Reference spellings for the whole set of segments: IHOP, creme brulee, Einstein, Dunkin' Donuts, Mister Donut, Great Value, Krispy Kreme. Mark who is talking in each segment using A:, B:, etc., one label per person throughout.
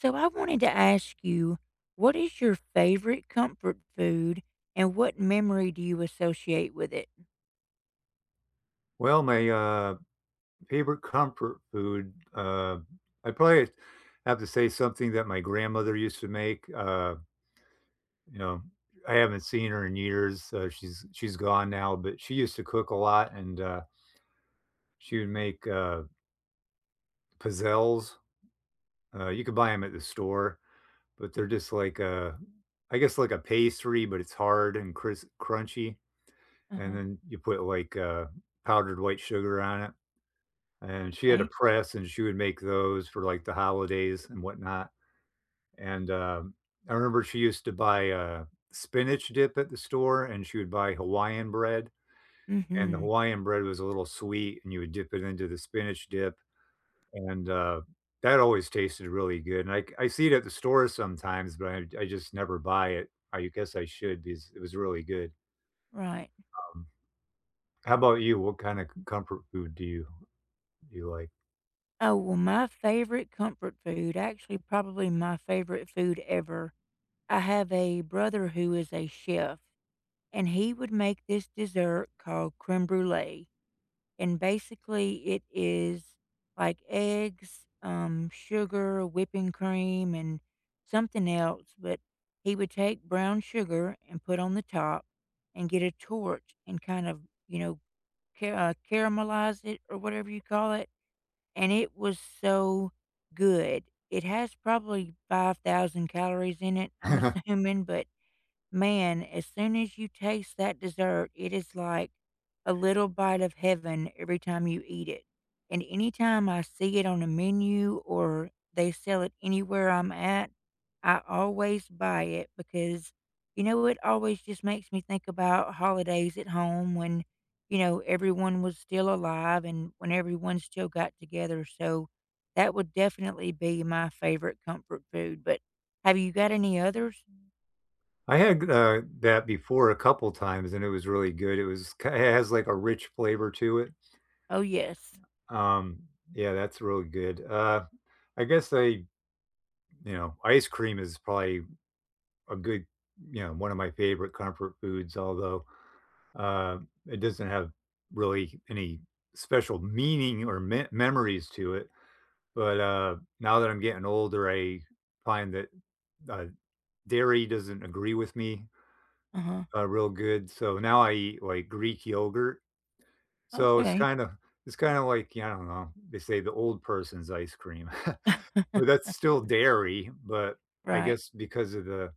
A: So I wanted to ask you, what is your favorite comfort food and what memory do you associate with it?
B: Well, my, favorite comfort food, I probably have to say something that my grandmother used to make, you know, I haven't seen her in years. She's gone now, but she used to cook a lot, and, she would make, pizzelles. You could buy 'em at the store, but they're just like a I guess like a pastry, but it's hard and crisp, crunchy, and
A: Uh-huh.
B: then you put, like, powdered white sugar on it. And she had a
A: Okay.
B: press, and she would make those for, like, the holidays and whatnot, and, I remember she used to buy, spinach dip at the store, and she would buy Hawaiian bread, and the
A: Mm-hmm.
B: Hawaiian bread was a little sweet, and you would dip it into the spinach dip, and, that always tasted really good, and I see it at the store sometimes, but I just never buy it. I guess I should because it was really good.
A: Right.
B: Um, how about you? What kinda comfort food do you like?
A: Oh, well, my favorite comfort food, actually probably my favorite food ever. I have a brother who is a chef and he would make this dessert called creme brulee. And basically, it is like eggs, sugar, whipping cream, and something else. But he would take brown sugar and put on the top and get a torch and kind of, caramelize it or whatever you call it. And it was so good. It has probably 5,000 calories in it, I'm assuming. But man, as soon as you taste that dessert, it is like a little bite of heaven every time you eat it, and anytime I see it on a menu or they sell it anywhere I'm at, I always buy it because, you know, it always just makes me think about holidays at home when, you know, everyone was still alive and when everyone still got together. So that would definitely be my favorite comfort food. But have you got any others?
B: I had, that before a couple times, and it was really good. It was ki it has, like, a rich flavor to it.
A: Oh, yes.
B: Um, yeah, that's really good. I guess I You know, ice cream is probably a good, you know, one of my favorite comfort foods, although, uh, it doesn't have really any special meaning or me memories to it. But, now that I'm getting older, I find that, uh, dairy doesn't agree with me.
A: Uh-huh.
B: Real good, so now I eat, like, Greek yogurt, so
A: Okay.
B: it's kinda like, yeah, I don't know, they say the old person's ice cream, but that's still dairy. But I
A: Right.
B: guess because of the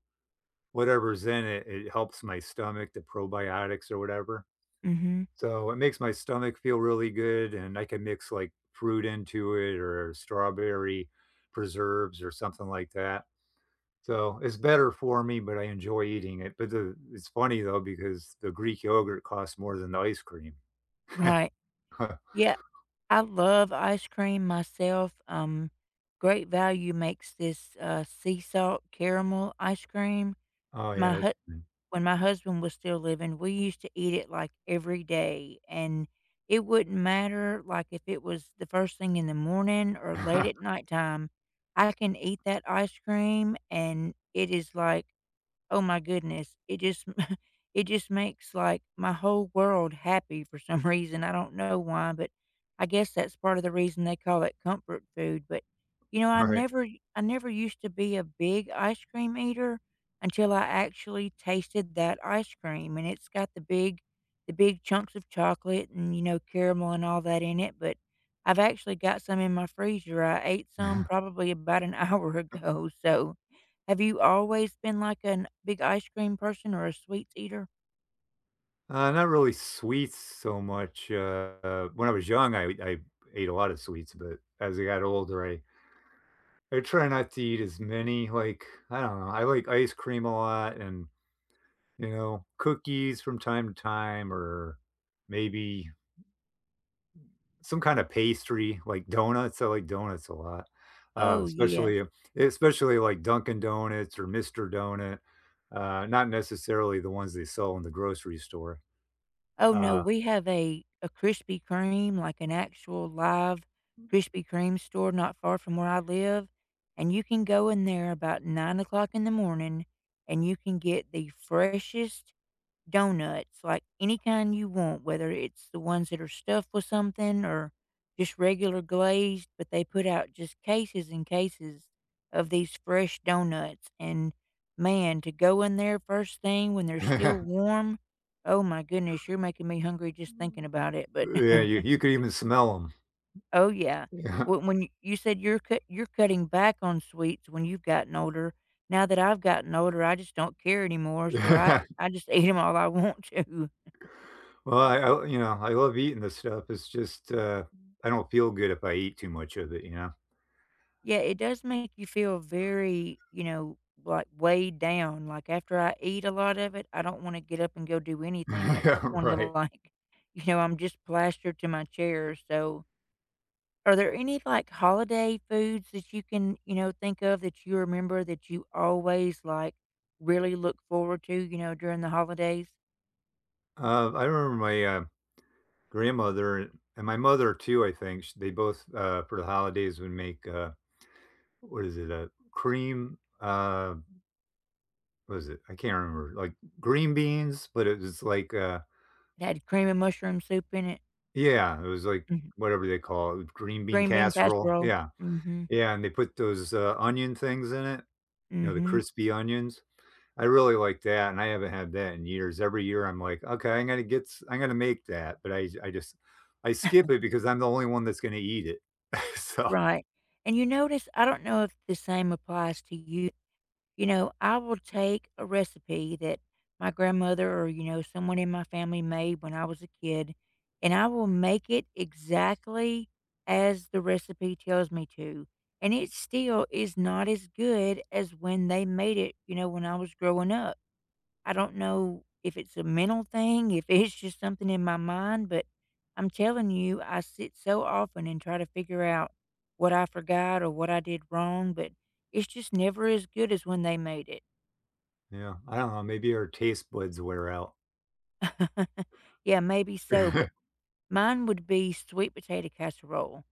B: whatever's in it, it helps my stomach, the probiotics or whatever,
A: Mhm.
B: so it makes my stomach feel really good, and I can mix, like, fruit into it or strawberry preserves or something like that. So, it's better for me, but I enjoy eating it, but the it's funny though because the Greek yogurt costs more than the ice cream.
A: Right. Yeah, I love ice cream myself. Great Value makes this, sea salt caramel ice cream.
B: Oh, yeah,
A: My
B: that's
A: hu
B: true.
A: When my husband was still living, we used to eat it, like, every day, and it wouldn't matter, like, if it was the first thing in the morning or late at nighttime, I can eat that ice cream, and it is like, oh my goodness, it just it just makes, like, my whole world happy for some reason, I don't know why. But I guess that's part of the reason they call it comfort food. But, you know, I
B: Right.
A: never, I never used to be a big ice cream eater until I actually tasted that ice cream, and it's got the big, the big chunks of chocolate and, you know, caramel and all that in it. But I've actually got some in my freezer, I ate some probably about an hour ago. So have you always been like a big ice cream person or a sweets eater?
B: Not really sweets so much, when I was young, I ate a lot of sweets, but as I got older, I try not to eat as many, like, I don't know, I like ice cream a lot and, you know, cookies from time to time or maybe some kind of pastry, like donuts. I like donuts a lot, uh,
A: Oh,
B: especially
A: yes.
B: especially like Dunkin' Donuts or Mister Donut, not necessarily the ones they sell in the grocery store.
A: Oh, no,
B: Uh,
A: we have a Krispy Kreme, like an actual live Krispy Kreme store not far from where I live, and you can go in there about 9 o'clock in the morning, and you can get the freshest donuts, like any kind you want, whether it's the ones that are stuffed with something or just regular glazed, but they put out just cases and cases of these fresh donuts. And man, to go in there first thing when they're still warm, oh my goodness, you're making me hungry just thinking about it. But
B: yeah, you could even smell them.
A: oh yeah, when you said you're you're cutting back on sweets when you've gotten older. Now that I've gotten older, I just don't care anymore. So
B: Yeah.
A: I just eat them all I want to.
B: Well, I you know, I love eating this stuff. It's just, I don't feel good if I eat too much of it, you know?
A: Yeah, it does make you feel very, you know, like weighed down. Like after I eat a lot of it, I don't want to get up and go do anything. I
B: Yeah,
A: just want to
B: right.
A: like, you know, I'm just plastered to my chair. So, are there any like holiday foods that you can, you know, think of that you remember that you always like really look forward to, you know, during the holidays?
B: I remember my, grandmother and my mother too, I think, sh they both, for the holidays would make, what is it, a cream, what is it? I can't remember, like, green beans, but it was like,
A: It had cream and mushroom soup in it,
B: yeah, it was like
A: mhm,
B: whatever they call it, with green bean
A: green bean
B: casserole.
A: casserole.
B: Yeah.
A: Mm-hmm.
B: Yeah, and they put those, onion things in it, you know, the
A: Mm-hmm.
B: crispy onions. I really like that, and I haven't had that in years. Every year, I'm like, "Okay, I'm gonna get s I'm gonna make that," but I just I skip it because I'm the only one that's gonna eat it. So
A: Right, and you notice I don't know if the same applies to you, you know, I will take a recipe that my grandmother or, you know, someone in my family made when I was a kid, and I will make it exactly as the recipe tells me to, and it still is not as good as when they made it, you know, when I was growing up. I don't know if it's a mental thing, if it's just something in my mind. But I'm telling you, I sit so often and try to figure out what I forgot or what I did wrong, but it's just never as good as when they made it.
B: yeah, I don't know, maybe our taste buds wear out.
A: Yeah, maybe so, but mine would be sweet potato casserole.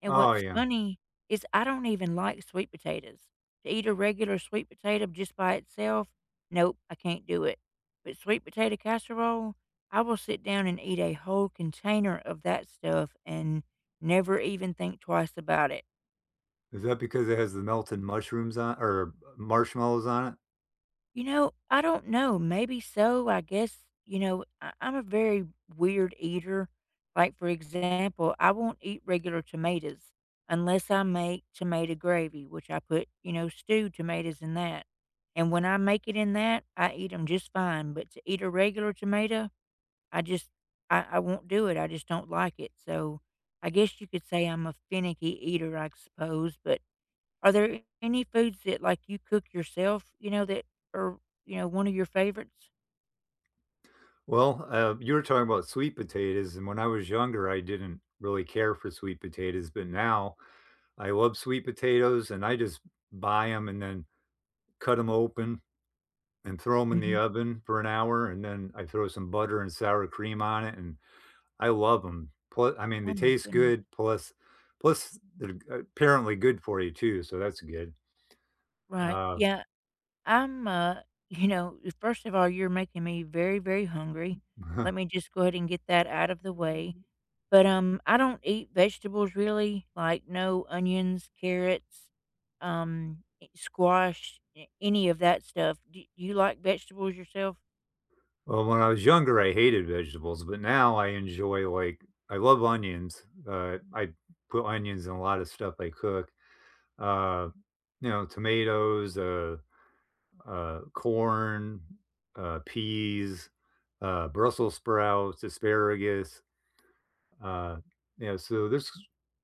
A: And
B: Oh,
A: what's
B: yeah.
A: funny is I don't even like sweet potatoes. To eat a regular sweet potato just by itself, nope, I can't do it. But sweet potato casserole, I will sit down and eat a whole container of that stuff and never even think twice about it.
B: Is that because it has the melted mushrooms on or marshmallows on it?
A: You know, I don't know. Maybe so. I guess, you know, I'm a very weird eater. Like, for example, I won't eat regular tomatoes unless I make tomato gravy, which I put, you know, stewed tomatoes in that. And when I make it in that, I eat them just fine. But to eat a regular tomato, I just, I won't do it. I just don't like it. So I guess you could say I'm a finicky eater, I suppose. But are there any foods that, like, you cook yourself, you know, that are, you know, one of your favorites?
B: Well, you were talking about sweet potatoes, and when I was younger, I didn't really care for sweet potatoes, but now I love sweet potatoes, and I just buy them and then cut them open and throw them in the
A: Mhm.
B: oven for an hour, and then I throw some butter and sour cream on it, and I love 'em. Plu I mean,
A: Oh
B: they
A: my
B: taste
A: goodness.
B: good, plus they're apparently good for you too, so that's good.
A: Right.
B: Uh,
A: Yeah, I'm, you know, first of all, you're making me very, very hungry. Let me just go ahead and get that out of the way. But, I don't eat vegetables really, like, no onions, carrots, squash, a any of that stuff. Do you like vegetables yourself?
B: well, when I was younger, I hated vegetables, but now I enjoy, like I love onions. I put onions in a lot of stuff I cook. Uh, you know, tomatoes, corn, peas, Brussels sprouts, asparagus. Uh, yeah, so there's,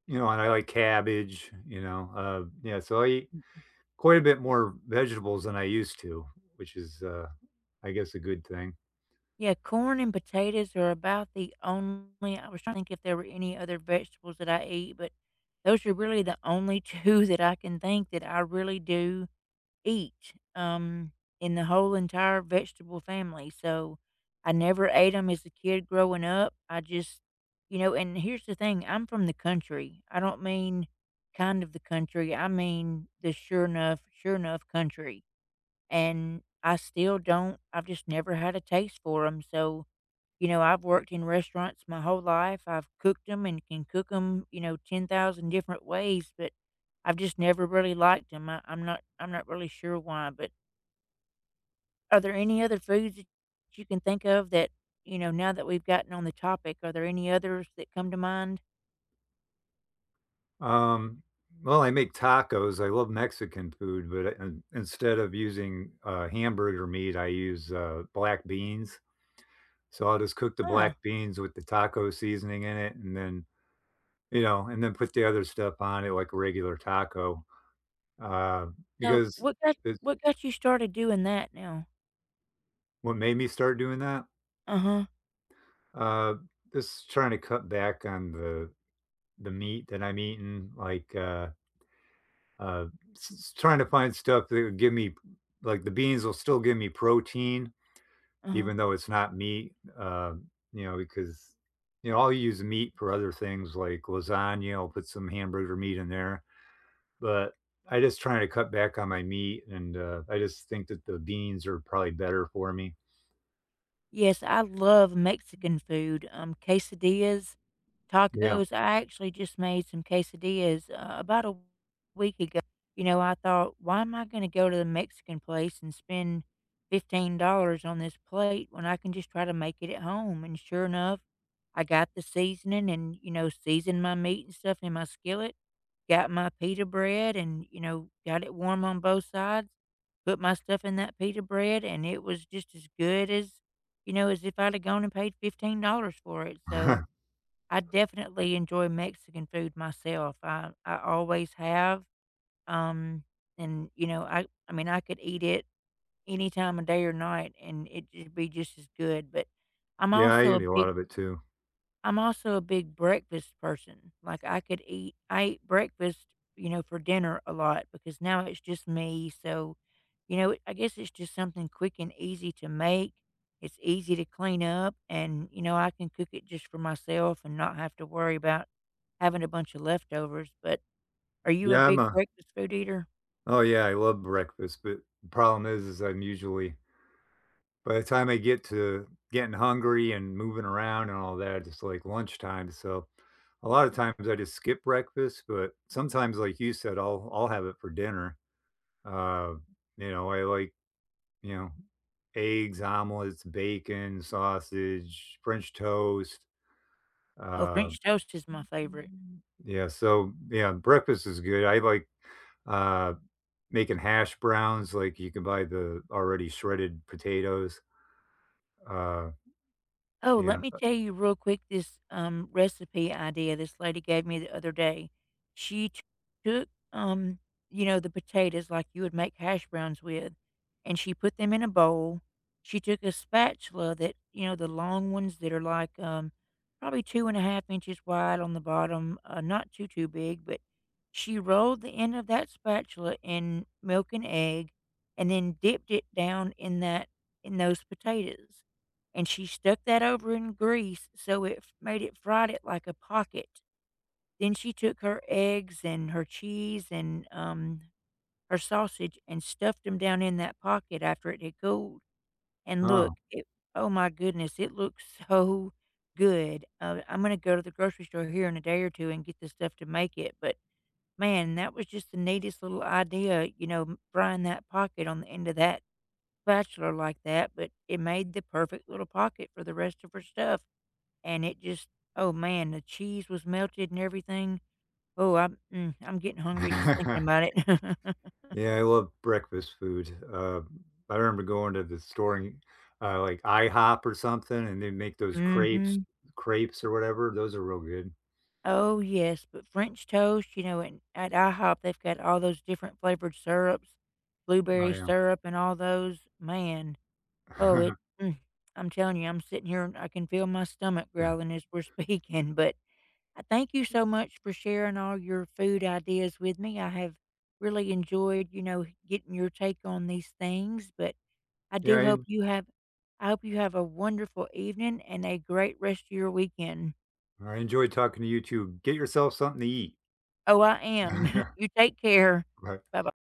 B: you know, and I like cabbage, you know, yeah, so I eat
A: Mm.
B: quite a bit more vegetables than I used to, which is, I guess a good thing.
A: Yeah, corn and potatoes are about the only, I was trying to think if there were any other vegetables that I eat, but those are really the only 2 that I can think that I really do each, in the whole entire vegetable family. So I never ate them as a kid growing up. I just, you know, and here's the thing, I'm from the country. I don't mean kind of the country, I mean the sure enough country, and I still don't, I've just never had a taste for them. So you know, I've worked in restaurants my whole life. I've cooked them and can cook them, you know, 10,000 different ways, but I've just never really liked 'em. I'm not really sure why. But are there any other foods that you can think of that, you know, now that we've gotten on the topic, are there any others that come to mind?
B: Um, well, I make tacos. I love Mexican food, but I- in instead of using, hamburger meat, I use, black beans. So I'll just cook the
A: Huh.
B: black beans with the taco seasoning in it and then, you know, and then put the other stuff on it like a regular taco, uh,
A: So
B: because it's
A: what got you started doing that now?
B: what made me start doing that,
A: Uh-huh.
B: uh, is trying to cut back on the meat that I'm eating, like, uh, s s trying to find stuff that would give me like, the beans will still give me protein
A: Uh-huh.
B: even though it's not meat. You know, because, you know, I'll use meat for other things like lasagna, I'll put some hamburger meat in there, but I just trying to cut back on my meat, and, I just think that the beans are probably better for me.
A: Yes, I love Mexican food, quesadillas,
B: Yeah.
A: tacos. I actually just made some quesadillas, about a week ago. You know, I thought, "Why am I gonna go to the Mexican place and spend $15 on this plate when I can just try to make it at home?" And sure enough, I got the seasoning and, you know, seasoned my meat and stuff in my skillet, got my pita bread and, you know, got it warm on both sides, put my stuff in that pita bread, and it was just as good as, you know, as if I'd have gone and paid $15 for it. So I definitely enjoy Mexican food myself. I always have. Um, and you know, I mean, I could eat it any time of day or night and it'd be just as good. But I'm
B: Yeah, I
A: also a
B: eat a lot
A: big
B: of it too.
A: I'm also a big breakfast person. Like I eat breakfast, you know, for dinner a lot because now it's just me. So, you know, I guess it's just something quick and easy to make. It's easy to clean up and, you know, I can cook it just for myself and not have to worry about having a bunch of leftovers. But are you a
B: Yeah, I'm
A: big
B: a,
A: breakfast food eater?
B: oh, yeah, I love breakfast, but the problem is I'm usually by the time I get to getting hungry and moving around and all that, it's like lunchtime, so a lot of times I just skip breakfast, but sometimes, like you said, I'll have it for dinner. Uh, you know, I like, you know, eggs, omelets, bacon, sausage, French toast.
A: Oh,
B: Uh,
A: French toast is my favorite.
B: yeah, so yeah, breakfast is good. I like, uh, making hash browns. Like you can buy the already shredded potatoes. Uh,
A: Oh, let
B: yeah.
A: me tell you real quick this, recipe idea this lady gave me the other day. She t took, you know, the potatoes like you would make hash browns with, and she put them in a bowl. She took a spatula that, you know, the long ones that are like, probably 2 and a half inches wide on the bottom, not too, too big, but she rolled the end of that spatula in milk and egg and then dipped it down in that, in those potatoes, and she stuck that over in grease so it f made it, fried it like a pocket. Then she took her eggs and her cheese and, her sausage and stuffed them down in that pocket after it had cooled, and look,
B: Oh.
A: it, oh my goodness, it looks so good. I'm gonna go to the grocery store here in a day or 2 and get the stuff to make it, but man, that was just the neatest little idea, you know, m frying that pocket on the end of that spatula like that, but it made the perfect little pocket for the rest of her stuff and it just, oh man, the cheese was melted and everything. Oh, I'm getting hungry just thinking about it.
B: Yeah, I love breakfast food. I remember going to the store and, like IHOP or something, and they make those crepes,
A: Mhm.
B: crepes or whatever. Those are real good.
A: Oh, yes, but French toast, you know, and at IHOP, they've got all those different flavored syrups,
B: Oh
A: blueberry
B: yeah.
A: syrup and all those. Man, oh, mm, I'm telling you, I'm sitting here and I can feel my stomach
B: Yeah.
A: growling as we're speaking. But I thank you so much for sharing all your food ideas with me. I have really enjoyed, you know, getting your take on these things. But I
B: Yeah.
A: do hope you have I hope you have a wonderful evening and a great rest of your weekend.
B: I enjoyed talking to you too. Get yourself something to eat.
A: Oh, I am.
B: Bye.
A: You take care. Bye-bye.